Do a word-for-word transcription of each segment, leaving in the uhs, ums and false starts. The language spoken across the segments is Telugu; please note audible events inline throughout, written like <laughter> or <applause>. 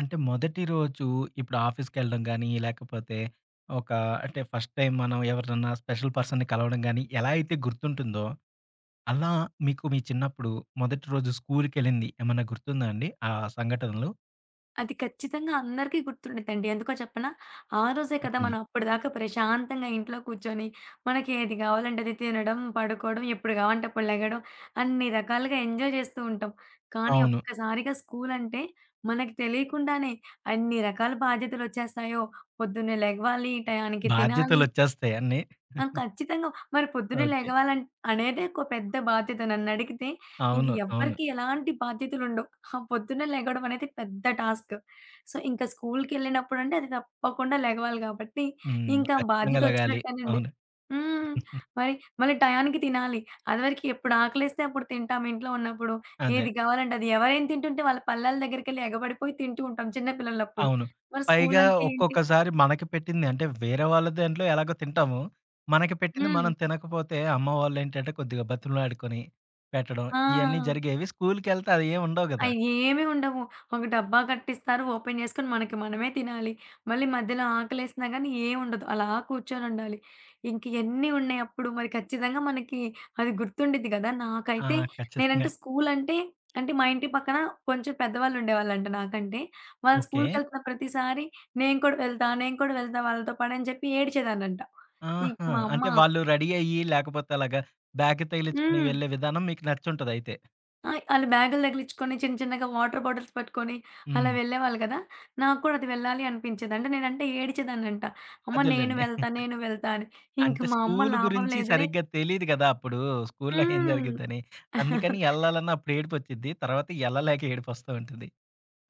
అంటే మొదటి రోజు ఇప్పుడు ఆఫీస్‌కెళ్ళడం గాని, లేకపోతే ఒక అంటే ఫస్ట్ టైం మనం ఎవరినన్నా స్పెషల్ పర్సన్‌ని కలవడం గాని, ఎలా అయితే గుర్తుంటుందో, అలా మీకు మీ చిన్నప్పుడు మొదటి రోజు స్కూల్‌కెళ్ళింది ఏమన్నా గుర్తుందా అండి? ఆ సంఘటనలు అది ఖచ్చితంగా అందరికీ గుర్తుండిద్దండి. ఎందుకో చెప్పనా? ఆ రోజే కదా చెప్పండి. మనం అప్పటిదాకా ప్రశాంతంగా ఇంట్లో కూర్చొని, మనకి ఏది గావాలంటే అది తినడం, పడుకోవడం, ఎప్పుడు గావాలంటే అప్పుడు లెగడం, అన్ని రకాలుగా ఎంజాయ్ చేస్తూ ఉంటాం. కానీ అవును. ఒక్కసారిగా స్కూలంటే మనకి తెలియకుండానే అన్ని రకాల బాధ్యతలొచ్చేస్తాయో. పొద్దున్నే లెగవాలి, టయానికి తినాలి, బాధ్యతలొచ్చేస్తాయి అన్నీ. ఆ! ఖచ్చితంగా. మరి పొద్దున్నే ఓకే. లెగవాలన్ అనేదే ఒక పెద్ద బాధ్యత. నన్నడిగితే ఇంక అవును. అవును. ఎవ్వరికీ ఎలాంటి బాధ్యతలుండవు. ఆ పొద్దున్నే లెగవడం అనేది పెద్ద టాస్క్. సో, ఇంక స్కూలుకెళ్ళినప్పుడంటే అది తప్పకుండా లెగవాలి గాబట్టి, హ్మ్. ఇంకా ఖచ్చితంగా లెగాలి. బాధ్యతొచ్చినట్టేనండి. అవును. హ్మ్. మరి మళ్ళీ టయానికి తినాలి. అదివరకి ఎప్పుడు ఆకలేస్తే అప్పుడు తింటాం ఇంట్లో ఉన్నప్పుడు. అదే. ఏది గావాలంటే అది. ఎవరేం తింటుంటే వాళ్ళ పల్లాల దగ్గరికెళ్ళి ఎగబడిపోయి తింటూ ఉంటాం చిన్న పిల్లలప్పుడు. అవును. మరి పైగా స్కూలంటే ఏంటి? ఒక్కొక్కసారి మనకి పెట్టింది అంటే వేరే వాళ్ళ దాంట్లో ఎలాగో తింటాము. మనకి పెట్టింది హ్మ్. మనం తినకపోతే అమ్మ వాళ్ళేంటంటే కొద్దిగా బతిమలాడుకొని పెట్టడం ఆ! ఇయన్నీ జరిగేవి. స్కూలుకెళ్తే అయేం ఉండవు ఆ! గదా! ఏమి ఉండవు. ఒక డబ్బా కట్టిస్తారు. ఓపెన్ చేసుకొని మనకి మనమే తినాలి. మళ్ళీ మధ్యలో ఆకలేసినా గానీ ఏముండదు. అలా కూర్చొనుండాలి. ఇంక ఎన్ని ఉన్నాయి అప్పుడు మరి ఖచ్చితంగా మనకి అది గుర్తుండిద్ది గదా! ఆ! నాకైతే ఖచ్చితంగా. నేనంటే స్కూల్ అంటే, అంటే మా ఇంటి పక్కన కొంచెం పెద్దవాళ్ళు ఉండేవాళ్ళంట నాకంటే. వాళ్ళు ఓకే. స్కూల్‌కెళ్తున్న ప్రతిసారి నేను కూడా వెళ్తా, నేను కూడా వెళ్తా వాళ్ళతో పాటు అని చెప్పి ఏడిచేదాన్నంట. ఇంక ఆహా! మా అమ్మ అంటే వాళ్ళు రెడీ అయ్యి లేకపోతే అలాగా బ్యాగ్ తగిలించుకొని హ్మ్. వెళ్ళే విధానం మీకు నచ్చుంటదయితే. ఆ! ఆళ్ళు బ్యాగులు తగిలించుకొని చిన్న చిన్నగా వాటర్ బాటిల్స్ పట్టుకొని అలా హ్మ్. వెళ్ళేవాళ్ళు కదా! నాకు కూడా అది వెళ్ళాలి అనిపించేది. అంటే నేనంటే ఏడిచేదాన్నంట. అమ్మ నేను అదేలెండి. వెళ్తా, నేను వెళ్తా అని. ఇంక అంటే మా అమ్మ స్కూలు లాభం గురించి లేదులే సరిగ్గా తెలీదు గదా! అప్పుడు స్కూలులో ఏం హ్మ్. జరిగిద్దని. అందుకని ఎళ్ళాలన్న అప్పుడు ఏడుపొచ్చిద్ది. తర్వాత ఎళ్ళలేక ఏడుపొస్తా ఉంటది.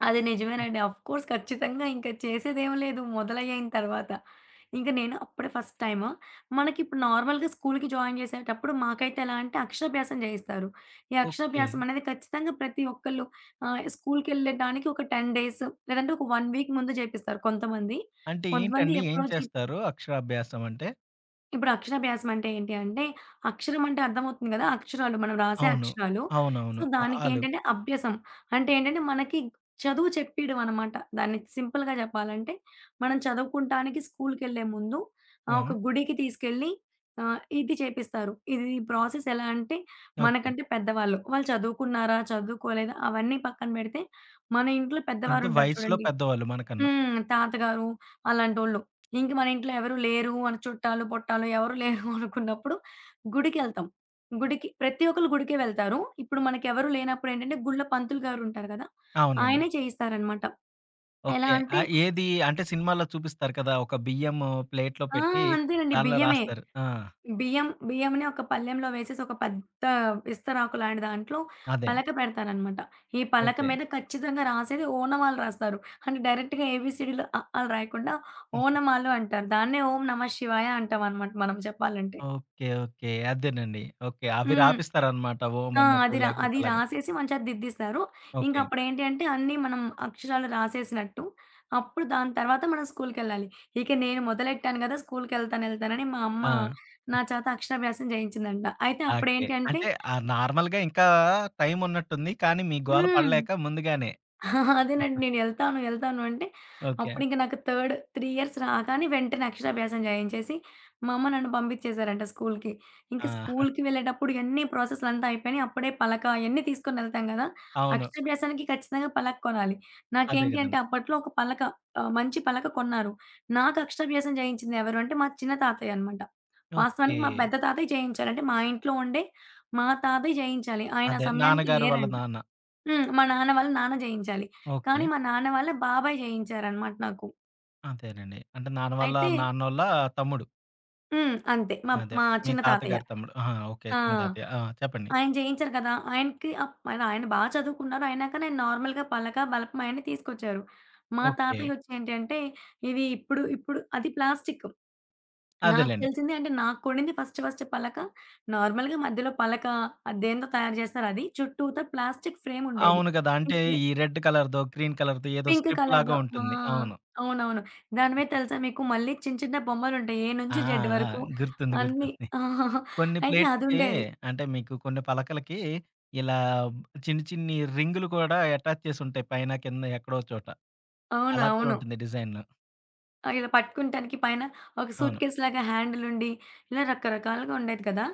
అది నిజమేనండి. ఆఫ్‌కోర్స్ ఖచ్చితంగా ఇంక చేసేదేం లేదు మొదలయ్యిన తర్వాత. ఇంక నేను అప్పుడే ఫస్ట్ టైము మనకిప్పుడు నార్మల్‌గా స్కూల్‌కి జాయిన్ చేసేటప్పుడు మాకైతే ఎలా అంటే అక్షరాభ్యాసం చేయిస్తారు. ఈ ఓకే. అక్షరాభ్యాసం అనేది ఖచ్చితంగా ప్రతి ఒక్కళ్ళు ఆహ్, స్కూల్‌కెళ్ళడానికి ఒక పది డేస్ లేదంటే ఒక 1 వీక్ ముందు చేపిస్తారు కొంతమంది. అంటే కొంతమంది ఏంటండి? ఏం ఎప్పుడో చే చేస్తారు అక్షరాభ్యాసం అంటే? ఇప్పుడు అక్షరాభ్యాసం అంటే ఏంటి అంటే, అక్షరం అంటే అర్థమవుతుంది గదా! అక్షరాలు మనం రాసే అవును. అక్షరాలు. సో, అవునవును. అ ఆలు. దానికేంటంటే అభ్యసం. అంటే ఏంటంటే, మనకి చదువు చెప్పీయడం అనమాట. దాన్ని సింపుల్‌గా చెప్పాలంటే, మనం చదువుకుంటానికి స్కూలుకెళ్ళే ముందు ఆహ్, ఆ! ఒక గుడికి తీసుకెళ్ళి ఆహ్, ఇది చేపిస్తారు. ఇది ఈ ప్రాసెస్ ఎలా అంటే, ఓకే. మనకంటే పెద్దవాళ్ళు. వాళ్ళు చదువుకున్నారా? చదువుకోలేదా? అవన్నీ పక్కన పెడితే, మన ఇంట్లో అంటే పెద్దవారుంటారు వయసులో చూడండి. పెద్దవాళ్ళు మనకన్నా. హ్మ్. తాతగారు అలాంటోళ్ళు. ఇంక మన ఇంట్లో ఎవరు లేరు అని చుట్టాలు, పొట్టాలు ఎవరు లేరు <laughs> అనుకున్నప్పుడు గుడికెళ్తాం. గుడికి ప్రతి ఒక్కళ్ళు గుడికే వెళ్తారు. ఇప్పుడు మనకెవరు లేనప్పుడు ఏంటంటే గుళ్ళో పంతులు గారుంటారు గదా! అవునండి. ఆయనే చేయిస్తారనమాట. ఎలా ఓకే. అంటే ఆహ్, ఏది అంటే సినిమాల్లో చూపిస్తారు కదా! ఒక బియ్యం ప్లేట్‌లో ఆ! పెట్టి అంతేనండి దానిలో బియ్యమే. రాస్తారు. ఆ! బియ్యం బియ్యంని ఒక పళ్ళెంలో వేసేసి ఒక పెద్ద విస్తరాకు లాంటి దాంట్లో అదే. పలక పెడతారనమాట. ఈ పలక ఓకే. మీద ఖచ్చితంగా రాసేది ఓనమాలు రాస్తారు. అంటే డైరెక్ట్‌గా ఏబీసీడీలు అ, ఆలు రాయకుండా హ్మ్. ఓనమాలు అంటారు. దాన్నే ఓం నమ శివాయ అంటామనమాట మనం చెప్పాలంటే. ఓకే. ఓకే. అదేనండి. ఓకే. అవి హ్మ్. రాపిస్తారనమాట. ఓం ఆ! అన్నట్టు అది రా లేకపోతే అది అలాగా. రాసేసి మన చేత దిద్దిస్తారు. ఓకే. ఇంకప్పుడేంటి అంటే అన్నీ మనం అక్షరాలు రాసేసినట్టు, అప్పుడు దాని తర్వాత మనం స్కూలుకెళ్ళాలి. ఇక నేను మొదలెట్టాను గదా! స్కూలుకెళ్తానెళ్తానని మా అమ్మ ఆ! నా చేత అక్షరాభ్యాసం చేయించిందంట. అయితే ఓకే. అప్పుడేంటంటే అంటే ఆహ్, నార్మల్‌గా ఇంకా టైమున్నట్టుంది. కానీ మీ గోల హ్మ్. పడలేక ముందుగానే. ఆహా! అదేనండి. నేను ఎళ్తాను, ఎళ్తాను అంటే ఓకే. అప్పుడింక నాకు థర్డ్ మూడు ఇయర్స్ రాగానే వెంటనే అక్షరాభ్యాసం జేయించేసి, మా అమ్మ నన్ను పంపించేశారంట స్కూల్‌కి. ఇంక ఆ! స్కూల్‌కి వెళ్ళేటప్పుడు ఇయన్నీ ప్రాసెస్‌లంతా అయిపోయినాయి. అప్పుడే పలక అయన్నీ తీసుకొనెళ్తాం గదా! అవును. అక్షరాభ్యాసానికి ఖచ్చితంగా పలక కొనాలి. అదే నాకేంటి గదండీ. అంటే అప్పట్లో ఒక పలక ఆహ్, మంచి పలక కొన్నారు. నాకు అక్షరాభ్యాసం జేయించింది ఎవరు అంటే మా చిన్న తాతయ్య అనమాట. ఓకే. వాస్తవానికి మా పెద్ద తాతయ్య జేయించాలి. అంటే మా ఇంట్లో ఉండే మా తాతయ్య జేయించాలి. ఆయన ఆ అదే సమయానికి నాన్నగారు వాళ్ళ లేరంట. నాన్న. హ్మ్. మా నాన్న వాళ్ళ నాన్న జేయించాలి. ఓకే. కానీ మా నాన్న వాళ్ళ బాబాయ్ జేయించారనమాట నాకు. అదేనండి. అంటే నాన్న వాళ్ళ అయితే నాన్నోళ్ళ తమ్ముడు. హ్మ్. అంతే. మా అదే. మా మీ చిన్న తాతయ్య. తాతగారి తమ్ముడు. ఆహా! ఓకే. ఆ! చిన్న తాతయ్య. ఆ! చెప్పండి. ఆయన జేయించారు కదా! ఆయనకి అప్ ఆయన ఆయన బా చదువుకున్నారు. అయినా కానీ ఆయన నార్మల్‌గా పలక, బలపం అయన్నీ తీసుకొచ్చారు. మా ఓకే. తాతయ్యొచ్చి ఏంటంటే, ఇవి ఇప్పుడు ఇప్పుడు అది ప్లాస్టిక్. నాకు అదేలెండి. తెలిసింది అంటే, నాకు కొనింది ఫస్ట్ ఫస్ట్ పలక. నార్మల్‌గా మధ్యలో పలక, అది దేనితో తయారు జేస్తారో అది. చుట్టూతా ప్లాస్టిక్ ఫ్రేముండేది. అవును గదా! అంటే ఈ రెడ్ కలర్‌దో, గ్రీన్ కలర్‌దో ఏదో పింక్ స్ట్రిప్ లాగా కలర్‌దో. ఆ! ఉంటుంది. అవును. అవునవును. దాని మీద తెలుసా మీకు మళ్ళీ చిన్న చిన్న బొమ్మలుంటాయి. ఏ ఆ! నుంచి జెడ్ ఆ! వరకు గుర్తుంది. అన్నీ. గుర్తుంది. <laughs> కొన్ని అయితే ప్లేట్లకి అదుండేది. అంటే మీకు కొన్ని పలకలకి ఇలా చిన్ని చిన్ని రింగులు కూడా అటాచ్ చేసుంటాయి పైన, కింద ఎక్కడో చోట. అలా కూడా అవునవును. ఉంటుంది డిజైన్‌లో. ఆ! ఇలా పట్టుకుంటానికి పైన ఒక అవును. సూట్‌కేస్‌లాగా హ్యాండిలుండి, ఇలా రకరకాలుగా ఉండేది కదా!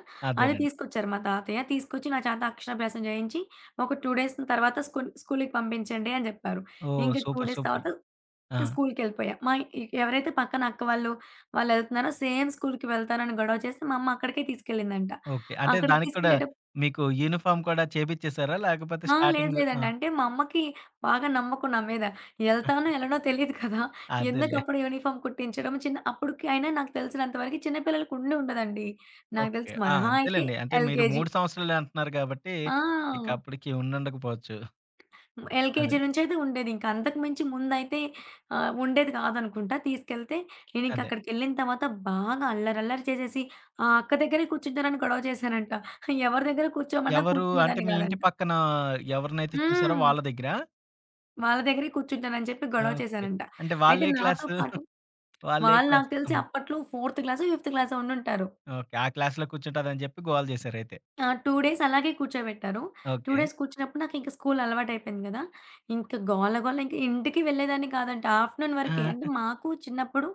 అది అదేనండి. తీసుకొచ్చారు మా తాతయ్య. తీసుకొచ్చి నా చేత అక్షరాభ్యాసం చేయించి, ఒక రెండు డేస్ తర్వాత స్కూల్ స్కూలుకి పంపించండి అని చెప్పారు. ఓహ్! ఇంక రెండు సూపర్. Days super. తర్వాత ఆ! స్కూలుకెళ్ళిపోయా. మా ఎ ఎవరైతే పక్కన అక్క వాళ్ళు, వాళ్ళెళ్తున్నారో సేమ్ స్కూలుకి వెళ్తానని గొడవ చేస్తే, మా అమ్మ అక్కడికే తీసుకెళ్ళిందంట. ఓకే. అంటే అక్కడికి దానికి కూడా తీసుకెళ్ళేటప్పుడు మీకు యూనిఫార్మ్ కూడా చేపిచ్చేసారా? లేకపోతే ఆ! లేదు స్టార్టింగ్ ఆ! లేదండి. అంటే మా అమ్మకి బాగా నమ్మకం నా మీద. ఎళ్తానో, ఎళ్ళనో తెలీదు కదా! అదేలే. ఎందుకప్పుడు యూనిఫార్మ్ కుట్టించడం. చిన్న అప్పటికి అయినా నాకు తెలిసినంత వరకి చిన్న పిల్లలకి ఉండి ఉండదండి. నాకు ఓకే. తెలిసి ఆ! మహా అయితే అంతేలెండి. అంటే మీరు ఎల్‌కేజీ. మూడు సంవత్సరాలే అంటున్నారు గాబట్టి, ఇక ఆ! అప్పటికి ఉండుండకపోవచ్చు. అదే. ఎల్‌కేజీ నుంచయితే ఉండేది. ఇంక అంతకు మించి ముందయితే ఆహ్, ఉండేది కాదనుకుంటా తీసుకెళ్తే. నేనింక అదే. అక్కడికెళ్ళిన తర్వాత బాగా అల్లరల్లరి చేసేసి, ఆ అక్క దగ్గరే కూర్చుంటానని గొడవ చేశానంట. ఎవరి దగ్గర కూర్చోమన్నా ఎవరు అంటే కూర్చునేదాన్ని మీ ఇంటి కాదంట. పక్కన ఎవరినైతే చూసారో హ్మ్. వాళ్ళ దగ్గరా? వాళ్ళ దగ్గరే కూర్చుంటానని చెప్పి గొడవ ఓకే. చేశానంట. అంటే అయితే వాళ్ళే నాతో క్లాసు? పాటు వాళ్ళే వాళ్ళు క్లాస్? నాకు తెలిసి హ్మ్. అప్పట్లో ఫోర్త్ క్లాసో, ఫిఫ్త్ క్లాసో ఉండుంటారు. ఓకే. ఆ క్లాస్‌లో కూర్చుంటాదని చెప్పి గోల జేసారయితే. ఆ! రెండు డేస్ అలాగే కూర్చోబెట్టారు. రెండు ఓకే. డేస్ కూర్చున్నప్పుడు నాకింక స్కూల్ అలవాటయిపోయింది గదా! ఇంక గోల గోల ఇంక ఇంటికి వెళ్ళేదాన్ని కాదంట. ఆఫ్టర్‌నూన్ వరకే. అంటే ఆ! మాకు చిన్నప్పుడు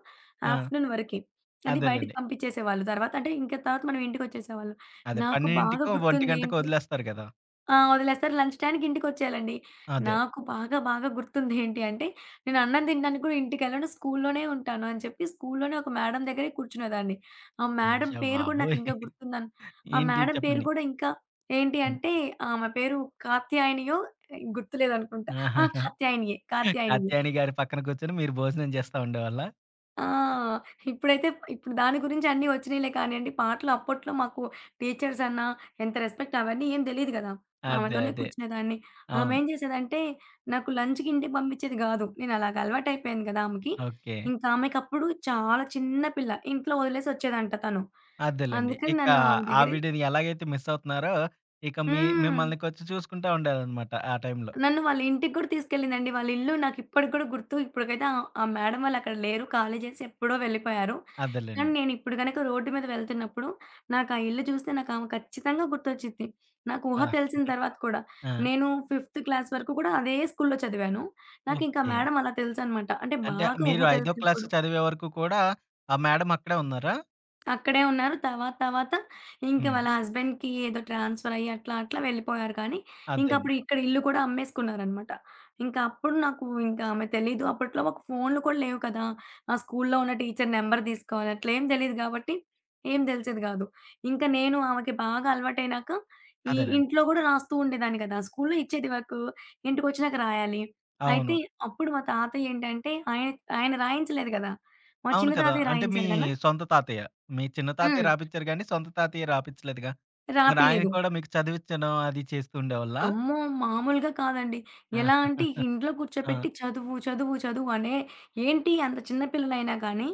ఆ! ఆఫ్టర్‌నూన్ వరకే. అది బయటికి అదేలెండి. పంపించేసేవాళ్ళు. తర్వాత అంటే ఇంక తర్వాత మనం ఇంటికొచ్చేసేవాళ్ళం. అదే నాకు బాగా పన్నెండుకో, ఒక్క గంటకో గుర్తుందేంటి వదిలేస్తారు గదా! ఆ! వదిలేస్తారు. లంచ్ టయానికి ఇంటికొచ్చేయాలండి. అదే. నాకు బాగా బాగా గుర్తుంది ఏంటి అంటే, నేను అన్నం తినడానికి కూడా ఇంటికెళ్ళను. స్కూల్లోనే ఉంటాను అని చెప్పి స్కూల్లోనే ఒక మేడం దగ్గరే కూర్చునేదాన్ని. ఆ మేడం అయ్య పేరు కూడా బాబోయ్! నాకింకా గుర్తుందన్ ఆ ఏంటి మేడం పేరు చెప్పండి. కూడా ఇంకా ఏంటి హ్మ్. అంటే ఆమె పేరు కాత్యాయనియో గుర్తులేదనుకుంటా. ఆ! ఆహాహా! కాత్యాయనియే. కాత్యాయనియే. కాత్యాయని గారి పక్కన కూర్చొని మీరు భోజనం చేస్తా ఉండేవాళ్ళా? ఆ! ఇప్పుడైతే ఇప్పుడు దాని గురించి అన్నీ వచ్చినియిలే కానియండి. పాటలు అప్పట్లో మాకు టీచర్స్ అన్న ఎంత రెస్పెక్ట్ అవన్నీ ఏం తెలీదు గదా! అదే. ఆమెతోనే అదే. కూర్చునేదాన్ని. అవును. ఆమేం జేసేదంటే నాకు లంచ్‌కి ఇంటికి పంపించేది గాదు. నేను అలాగ అలవాటయిపోయాను గదా! ఆమెకి. ఓకే. ఇంకా ఆమెకప్పుడు చాలా చిన్న పిల్ల. ఇంట్లో వదిలేసి ఒచ్చేదంట తను. అదేలెండి. అందుకని ఇక నన్ను ఆమె దగ్గరే ఆవిడని ఎలాగైతే మిస్ అవుతున్నారో, ఇక మీ హ్మ్. మిమ్మల్ని కొంచెం చూసుకుంటా ఉండేదనమాట ఆ టైంలో. నన్ను వాళ్ళ ఇంటికి కూడా తీసుకెళ్ళిందండి. వాళ్ళ ఇల్లు నాకిప్పటికి కూడా గుర్తు. ఇప్పటికైతే ఆ ఆ మేడం వాళ్ళక్కడ లేరు. ఖాళీ చేసి ఎప్పుడో వెళ్ళిపోయారు. కానీ అదేలెండి. నేనిప్పుడు గనక రోడ్డు మీద వెళ్తున్నప్పుడు నాకా ఇల్లు చూస్తే నాకామె ఖచ్చితంగా గుర్తొచ్చిద్ది. నాకు ఊహ ఆ! తెలిసిన తర్వాత కూడా. ఆ! నేను ఫిఫ్త్ క్లాస్ వరకు కూడా అదే స్కూల్‌లో చదివాను. నాకింకా ఓకే. మేడం అలా తెలుసనమాట. అంటే అంటే బాగా ఊహ మీరు ఐదో క్లాస్ తెలిసినప్పుడు. చదివే వరకు కూడా ఆ మేడం అక్కడే ఉన్నారా? అక్కడే ఉన్నారు. తర్వాత తర్వాత ఇంక హ్మ్. వాళ్ళ హస్బెండ్‌కి ఏదో ట్రాన్స్‌ఫర్ అయ్యి అట్లా అట్లా వెళ్ళిపోయారు కానీ, అదే ఇంకప్పుడు అండి. ఇక్కడ ఇల్లు కూడా అమ్మేసుకున్నారనమాట. ఇంకా అప్పుడు నాకు ఇంకా ఆమె తెలీదు. అప్పట్లో మాకు ఫోన్‌లు కూడా లేవు కదా! ఆ స్కూల్లో ఉన్న టీచర్ నెంబర్ తీసుకోవాలి. అట్లేం తెలీదు కాబట్టి ఏం తెలిసేది గాదు. ఇంకా నేను ఆమెకి బాగా అలవాటయినాక ఈ అదేనండి. ఇంట్లో గూడా రాస్తూ ఉండేదాన్ని కదా! స్కూల్లో ఇచ్చేది వర్కు. ఇంటికొచ్చినాక రాయాలి. అవును. అయితే అప్పుడు మా తాతయ్యేంటంటే ఆయన ఆయన రాయించలేదు గదా! మా అవును చిన్న కదా! తాతయ్య అంటే మీ రాయించారు గదా! సొంత తాతయ్య. మీ చిన్న తాతయ్య హ్మ్. రాపిచ్చారు గానీ, సొంత తాతయ్య రాపిచ్చలేదుగా. మరి ఆయన రాపిలేదు. కూడా మీకు చదివిచ్చడం అది చేస్తూ ఉండేవాళ్ళా? అమ్మో! మామూలుగా కాదండి. ఎలా ఆ! అంటే ఇంట్లో ఆ! కూర్చోపెట్టి చదువు, చదువు, చదువు అనే ఏంటి అంత చిన్న పిల్లలైనా కానీ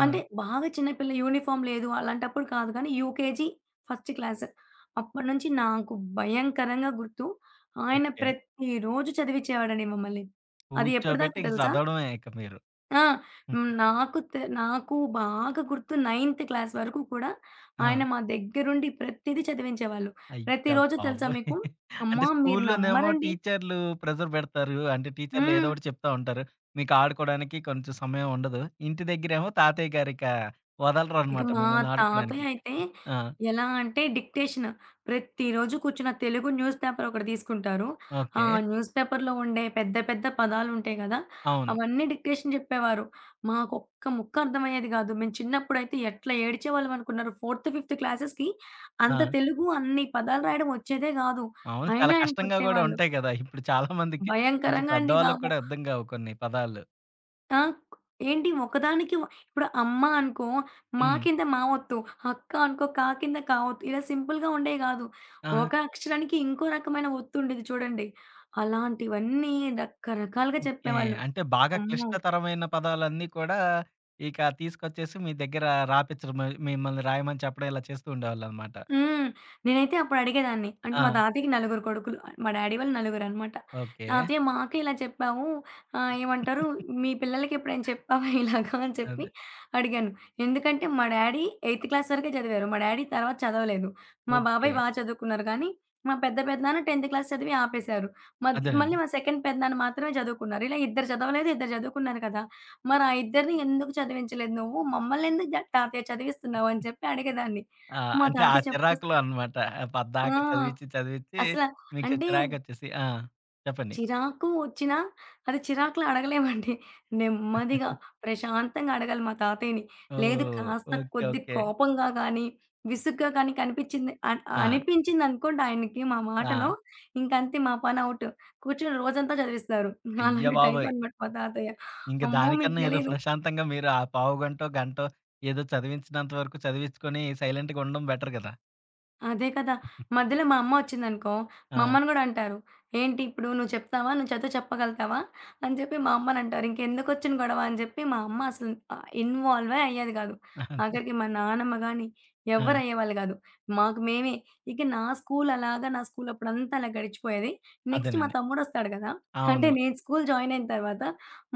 ఆ! అంటే బాగా చిన్న పిల్ల యూనిఫార్మ్ లేదు అలాంటప్పుడు కాదు కానీ యూకేజీ ఫస్ట్ క్లాస్. అప్పటినుంచి నాకు భయంకరంగా గుర్తు. ఆయన ఓకే. ప్రతిరోజు చదివిచ్చేవాడండి మమ్మల్ని. అది కూర్చోబెట్టి ఎప్పటిదాకా ఇక తెలుసా? చదవడమే ఇక మీరు. ఆ! హ్మ్. నాకు తె నాకు బాగా గుర్తు నైన్త్ క్లాస్ వరకు కూడా ఆ! ఆయన మా దగ్గరుండి ప్రతీదీ చదివించేవాళ్ళు. అయ్య ప్రతిరోజు తెలుసా బాబోయ్! మీకు, అంటే అమ్మా! మీరు స్కూల్లోనేమో నమ్మరండి. టీచర్లు ప్రెషర్ పెడతారు. అంటే టీచర్లు ఏదో హ్మ్. ఒకటి చెప్తా ఉంటారు. మీకు ఆడుకోవడానికి కొంచెం సమయం ఉండదు. ఇంటి దగ్గరేమో తాతయ్య గారిక ఇక వదలరనమాట మా మిమ్మల్ని తాతయ్య ఆడుకోవడానికి. అయితే ఆ! ఎలా అంటే డిక్టేషన్. ప్రతిరోజు కూర్చున్న తెలుగు న్యూస్ పేపర్ ఒకటి తీసుకుంటారు. ఆ ఓకే. న్యూస్ పేపర్‌లో ఉండే పెద్ద పెద్ద పదాలుంటాయి గదా! అవును. అవన్నీ డిక్టేషన్ జెప్పేవారు. మాకొక్క ముక్క అర్థమయ్యేది గాదు. మేము చిన్నప్పుడైతే ఎట్లా ఏడిచేవాళ్ళం అనుకున్నారు. ఫోర్త్, ఫిఫ్త్ క్లాసెస్‌కి ఆ! అంత తెలుగు అన్ని పదాలు రాయడం వచ్చేదే గాదు. అవును. చాలా అయినా ఆయన కష్టంగా గూడా కొట్టేవాళ్ళు. ఉంటాయి గదా! ఇప్పుడు చాలా మందికి కొంచెం భయంకరంగా అండి పెద్దవాళ్ళకి బాబు. కూడా అర్థం కావు కొన్ని పదాలు. ఆ! ఏంటి ఒకదానికి వ ఇప్పుడు అమ్మ అనుకో, మా హ్మ్. కింద మా ఒత్తు, అక్క అనుకో కా కింద కా ఒత్తు. ఇలా సింపుల్‌గా ఉండేవి గాదు. ఆహా! ఒక అక్షరానికి ఇంకో రకమైన ఒత్తు ఉండేది చూడండి. అలాంటివన్నీ రకరకాలుగా ఓకే. చెప్పేవాళ్ళు. అంటే బాగా అమ్మో! క్లిష్టతరమైన పదాలన్నీ కూడా ఇక తీసుకొచ్చేసి మీ దగ్గర రాపిచ్చడం మి మిమ్మల్ని రాయమని చెప్పడం ఇలా చేస్తూ ఉండేవాళ్ళనమాట. హ్మ్. నేనైతే అప్పుడు అడిగేదాన్ని. అంటే ఆ! మా తాతయ్యకి నలుగురు కొడుకులు. మా డ్యాడీ వాళ్ళు నలుగురనమాట. ఓకే. "తాతయ్య మాకు ఇలా చెప్పావు. ఆహ్, ఏమంటారు మీ పిల్లలకి ఎప్పుడైనా చెప్పావా ఇలాగా?" అని చెప్పి అదే. అడిగాను. ఎందుకంటే మా డ్యాడీ ఎయిత్ క్లాస్ వరకే చదివారు. మా డ్యాడీ తర్వాత చదవలేదు. మా ఓకే. బాబాయ్ బా చదువుకున్నారు కానీ, మా పెద్ద పెదనాన్న 10థ్ క్లాస్ చదివి ఆపేశారు. మద్ మళ్ళీ అదేనండి. మా సెకండ్ పెదనాన్న మాత్రమే చదువుకున్నారు. ఇలా ఇద్దరు చదవలేదు, ఇద్దరు చదువుకున్నారు కదా! మరి ఆ ఇద్దరిని ఎందుకు చదివించలేదు నువ్వు? మమ్మల్ని ఎందుకు జ తాతయ్య చదివిస్తున్నావు అని చెప్పి అడిగేదాన్ని. ఆ! మా అంటే ఆ తాతయ్య చెప్పొస్ చిరాకులో అనమాట. పద్దాక ఆ! చదివిచ్చి, చదివిచ్చి అసల మీకు అంటే చిరాకొచ్చేసి. ఆ! చెప్పండి. చిరాకు వచ్చినా, అది చిరాకులో అడగలేమండి. నెమ్మదిగా, ప్రశాంతంగా అడగాలి మా తాతయ్యని. లేదు ఓహ్! కాస్త ఓకే. కొద్ది ఓకే. కోపంగా గానీ, విసుగ్గా గానీ కనిపించింది అన్ ఆ! అనిపించిందనుకోండి ఆయనకి మా ఆ! మాటలో, ఇంకంతే మా పని ఔట్. కూర్చొని రోజంతా చదివిస్తారు. అయ్య అలాంటి బాబోయ్! టైపనమాట మా తాతయ్య. ఇంక అమ్మో! మీకు దానికన్నా ఏదో తెలీదు. ప్రశాంతంగా మీరు ఆ పావు గంటో, గంటో ఏదో చదివించినంత వరకు చదివించుకొని సైలెంట్‌గా ఉండడం బెటర్ గదా! అదే కదా! మధ్యలో మా అమ్మ ఒచ్చిందనుకో, మా ఆ! అమ్మని గూడా అంటారు. "ఏంటి ఇప్పుడు నువ్వు చెప్తావా? నువ్వు చదువు చెప్పగలుగుతావా?" అని చెప్పి మా అమ్మనంటారు. ఇంకెందుకొచ్చిన గొడవ అని జెప్పి మా అమ్మ అసలు ఆహ్, ఇన్వాల్వే అయ్యేది గాదు. అదే. ఆఖరికి మా నానమ్మ గాని ఎవ్వరు ఆ! అయ్యేవాళ్ళు గాదు. మాకు మేమే. ఇక నా స్కూల్ అలాగా నా స్కూల్ అప్పుడంతా అలా గడిచిపోయేది. నెక్స్ట్ మా అదేనండి. తమ్ముడొస్తాడు గదా! అంటే అవును. నేను స్కూల్ జాయిన్ అయిన తర్వాత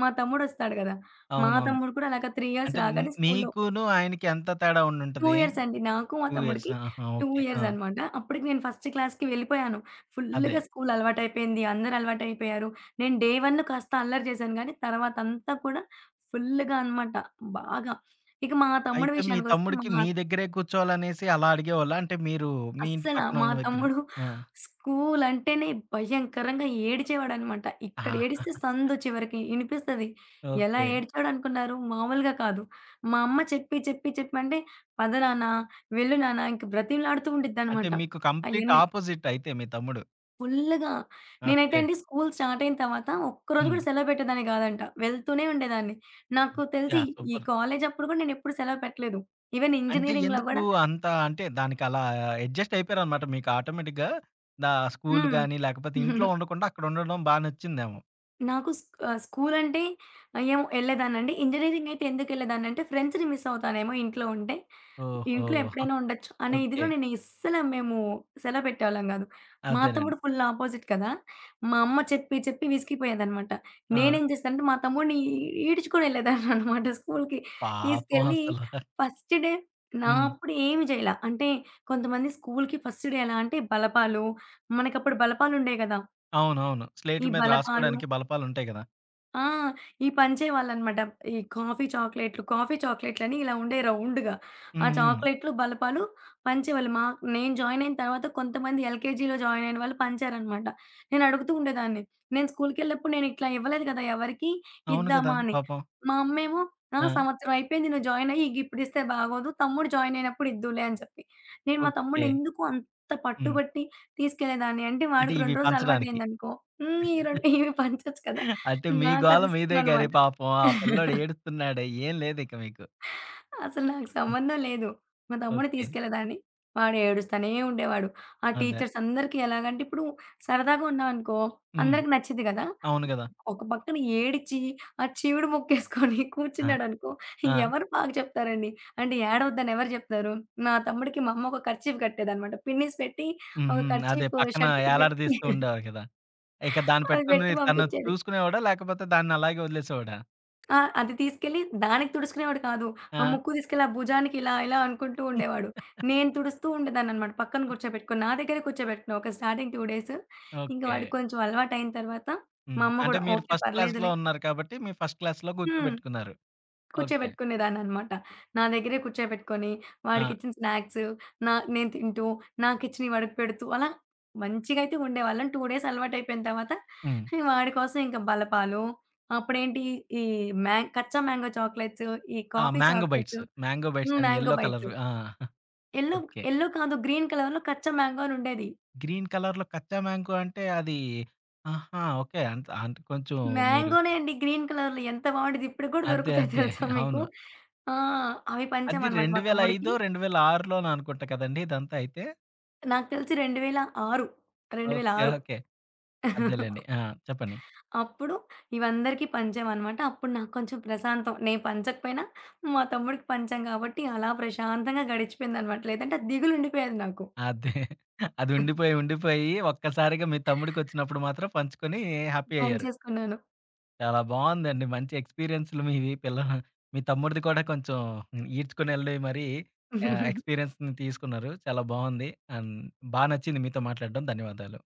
మా తమ్ముడొస్తాడు గదా! మా అవునవును. తమ్ముడు కూడా అలాగా మూడు ఇయర్స్ అంటే న్ రాగానే స్కూల్‌లో మీకును ఆయనకి ఎంత తేడా రెండు ఉండుంటది? ఇయర్స్ అండి. నాకు మా రెండు ఇయర్స్. తమ్ముడికి ఆహా! రెండు ఓకే. ఆ! ఇయర్స్ అన్నమాట. అప్పటికి నేను ఫస్ట్ క్లాస్‌కి వెళ్ళిపోయాను. అదే. ఫుల్‌గా స్కూల్ అలవాటయిపోయింది. అందరూ అలవాటయిపోయారు. నేను డే వన్ కాస్త అల్లరి చేశాను గానీ, తర్వాతంతా కూడా ఫుల్‌గా అన్నమాట బాగా. ఇక మా తమ్ముడి అయితే మీ విషయానికొస్తే మా తమ్ముడికి మీ దగ్గరే కూర్చోవాలనేసి అలా అడిగేవాళ్ళా? అంటే మీరు మీ ఇంటి అస్సల మా పక్కనోళ్ళ దగ్గర? తమ్ముడు ఆ! స్కూల్ అంటేనే భయంకరంగా ఏడిచేవాడనమాట. ఇక్కడ ఏడిస్తే ఆహా! సందు చివరికి ఇనిపిస్తది. ఎలా ఓకే. ఏడ్చాడనుకున్నారు? మామూలుగా కాదు. మా అమ్మ చెప్పి, చెప్పి, చెప్పి అంటే "పద నాన్న, వెళ్ళు నాన్న" ఇంక బ్రతిమలాడుతూ అంటే ఉండిద్దనమాట. మీకు కంప్లీట్ అయన్నీ. ఆపోజిట్ అయితే మీ తమ్ముడు. ఫుల్లుగా నేనైతే ఓకే. అండి స్కూల్ స్టార్ట్ అయిన తర్వాత ఒక్కరోజు హ్మ్. కూడా సెలవు పెట్టేదాన్ని కాదంట. వెళ్తూనే ఉండేదాన్ని. నాకు తెలిసి యాహ్! ఈ సూపర్. కాలేజప్పుడు కూడా నేనెప్పుడు సెలవు పెట్టలేదు. ఈవెన్ అంటే ఇంజినీరింగ్‌లో ఎందుకు గూడా అంత అంటే దానికలా అడ్జస్ట్ అయిపోయారనమాట మీకు ఆటోమేటిక్‌గా. దా స్కూలు హ్మ్. గాని, లేకపోతే ఇంట్లో <laughs> ఉండకుండా అక్కడ ఉండడం బా నచ్చిందేమో. నాకు స్ ఆహ్, స్కూలంటే ఏమో ఎళ్ళేదాన్నండి. ఇంజినీరింగ్ అయితే ఎందుకెళ్ళేదాన్నంటే ఫ్రెండ్స్‌ని మిస్ అవుతానేమో ఇంట్లో ఉంటే. ఇంట్లో ఓహో! ఎప్పుడైనా ఉండొచ్చు అనే ఓకే. ఇదిలో నేను అస్సలు మేము సెలవు పెట్టేవాళ్ళం గాదు. మా అదేనండి. తమ్ముడు ఫుల్ అపోజిట్ కదా! మా అమ్మ చెప్పి చెప్పి విసిగిపోయేదనమాట. ఆ! నేనేం చేశానంటే మా తమ్ముడిని ఈ ఈడ్చుకొని ఎళ్ళేదాన్ననమాట స్కూలుకి. పాపం తీసుకెళ్ళి అసల. ఫస్ట్ డే నా హ్మ్. అప్పుడు ఏమి జేయలా. అంటే కొంతమంది స్కూలుకి ఫస్ట్ డే ఎలా అంటే బలపాలు, మనకప్పుడు బలపాలుండేయి గదా! అవునవును. ఈ స్లేట్‌ల మీద బలపాలు రాసుకోవడానికి బలపాలుంటాయి గదా! ఆ! ఈ పని చేవాళ్ళనమాట. ఈ కాఫీ చాక్లేట్లు, కాఫీ చాక్లేట్లని ఇలా ఉండే రౌండ్‌గా. ఆ హ్మ్. హ్మ్. చాక్లేట్లు, బలపాలు పంచేవాళ్ళు. మా నేను జాయిన్ అయిన తర్వాత కొంతమంది ఎల్‌కేజీలో జాయిన్ అయిన వాళ్ళు పంచారనమాట. నేను అడుగుతూ ఉండేదాన్ని. నేను స్కూలుకెళ్ళినప్పుడు నేను ఇట్లా ఇవ్వలేదు కదా! ఎవరికీ అవును గదా! ఇద్దామా అని. పాపం. మా అమ్మేమో "ఆ! ఆ! సంవత్సరం అయిపోయింది నువ్వు జాయిన్ అయ్యి, ఇగిప్పుడిస్తే బాగోదు. తమ్ముడు జాయిన్ అయినప్పుడు ఇద్దువులే" అని చెప్పి. నేను మా ఓకే. తమ్ముడిని ఎందుకు అంత హ్మ్. పట్టుబట్టి తీసుకెళ్ళేదాన్ని అంటే అంటే వాడికి ఇవి రెండు రోజులు పంచడానికి. అలవాటయిందనుకో హ్మ్. ఈ రెండు ఇవి పంచొచ్చు కదా! అయితే మీ గోల నాకది మీదే గాని ఇష్టమనమాట. పాపం ఆ పిల్లోడు ఏడుస్తున్నాడు. ఏం లేదిక మీకు. అసలు నాకు హ్మ్. సంబంధం లేదు. మా తమ్ముడిని ఓకే. తీసుకెళ్ళేదాన్ని. వాడు ఏడుస్తానే ఉండేవాడు. ఆ అదే. టీచర్స్ అందరికీ ఎలాగంటే ఇప్పుడు సరదాగా ఉన్నామనుకో హ్మ్. అందరికి నచ్చిద్ది గదా! అవును గదా! ఒక పక్కన ఏడిచి, ఆ చీవుడు ముక్కేసుకొని <laughs> ఆ! కూర్చున్నాడనుకో ఆ! ఎవరు బాగా చెప్తారండి? అంటే ఏడవద్దని ఎవరు జెప్తారు? నా తమ్ముడికి మా అమ్మ ఒక కర్చీఫ్ కట్టేదనమాట. పిన్నీస్ పెట్టి హ్మ్. ఒక హ్మ్. అదే కర్చీఫ్ పక్కన షర్ట్‌కి పెట్టి ఏలాడదీస్తూ ఉండేవారు కదా! ఇక దాన్ని అది పెట్టుకొని పెట్టి తను పంపించేది. చూసుకునేవాడా? లేకపోతే దాన్ని అలాగే వదిలేసేవాడా? ఆ! అది తీసుకెళ్ళి దానికి తుడుచుకునేవాడు కాదు. ఆ ఆ! ముక్కు తీసుకెళ్ళి ఆ భుజానికి ఇలా ఇలా అనుకుంటూ ఉండేవాడు. నేను తుడుస్తూ ఉండేదాన్ననమాట. పక్కన కూర్చోబెట్టుకొని. నా దగ్గరే కూర్చోబెట్టుకున్నా ఒక స్టార్టింగ్ రెండు డేస్. ఇంక ఓకే. వాడికి కొంచెం అలవాటయిన తర్వాత హ్మ్. మా అమ్మ అంటే గూడా మీరు ఓకే. ఫస్ట్ క్లాస్‌లో పర్లేదులే ఉన్నారు కాబట్టి, మీ ఫస్ట్ క్లాస్‌లో హ్మ్. కూర్చోబెట్టుకున్నారు. ఓకే. కూర్చోబెట్టుకునేదాన్ననమాట. నా దగ్గరే కూర్చోబెట్టుకొని, ఆ! వాడికిచ్చిన స్నాక్స్ నా నేను తింటూ, నాకిచ్చినయి వాడికి పెడుతూ, అలా మంచిగా అయితే ఉండేవాళ్ళం. రెండు డేస్ అలవాటయిపోయిన తర్వాత హ్మ్. వాడి కోసం ఇంక బలపాలు, అప్పుడేంటి ఈ మ్యాం కచ్చా మ్యాంగో చాక్లెట్స్, ఈ ఆ! Coffee mango bites. Chocolates, mango bites హ్మ్. అని మ్యాంగో యెల్లో బైట్స్. కలర్‌వి. ఆ! Yellow okay. యెల్లో కాదు గ్రీన్ కలర్‌లో కచ్చా మ్యాంగో అనుండేది. గ్రీన్ కలర్‌లో కచ్చా మ్యాంగో అంటే అది ఆహా! ఓకే. అంత అంటే కొంచెం మీరు మ్యాంగోనే అండి గ్రీన్ కలర్‌లో ఎంత బావుండేది. ఇప్పటికి గూడా అదే. దొరుకుతాయి అదే. తెలుసా మీకు? అవును. ఆ! అవి అది పంచామనమాట మా రెండు వేల ఐదు, తమ్ముడికి. రెండు వేల ఆరులోనో అనుకుంటా కదండీ! ఇదంతా అయితే. నాకు తెలిసి 2006 ఓకే. 2006 ఓకే. అదేలెండి. ఆ! చెప్పండి. అప్పుడు ఇవందరికీ పంచామనమాట. అప్పుడు నాకు కొంచెం ప్రశాంతం. నేను పంచకపోయినా మా తమ్ముడికి పంచాం కాబట్టి అలా ప్రశాంతంగా గడిచిపోయిందనమాట. లేదంటే ఆ దిగులుండిపోయేది నాకు. అదే. అది ఉండిపోయి, ఉండిపోయి ఒక్కసారిగా మీ తమ్ముడికొచ్చినప్పుడు మాత్రం పంచుకొని హ్యాపీ అయ్యారు. పంచేసుకున్నాను. చాలా బావుందండి. మంచి ఎక్స్‌పీరియన్స్‌లు మీవి. పిల్ల మీ తమ్ముడిది కూడా కొంచెం ఈడ్చుకొనెళ్ళి మరి ఆహ్, ఎక్స్‌పీరియన్స్‌ని తీసుకున్నారు. చాలా బావుంది. అండ్ బా నచ్చింది మీతో మాట్లాడడం. ధన్యవాదాలు.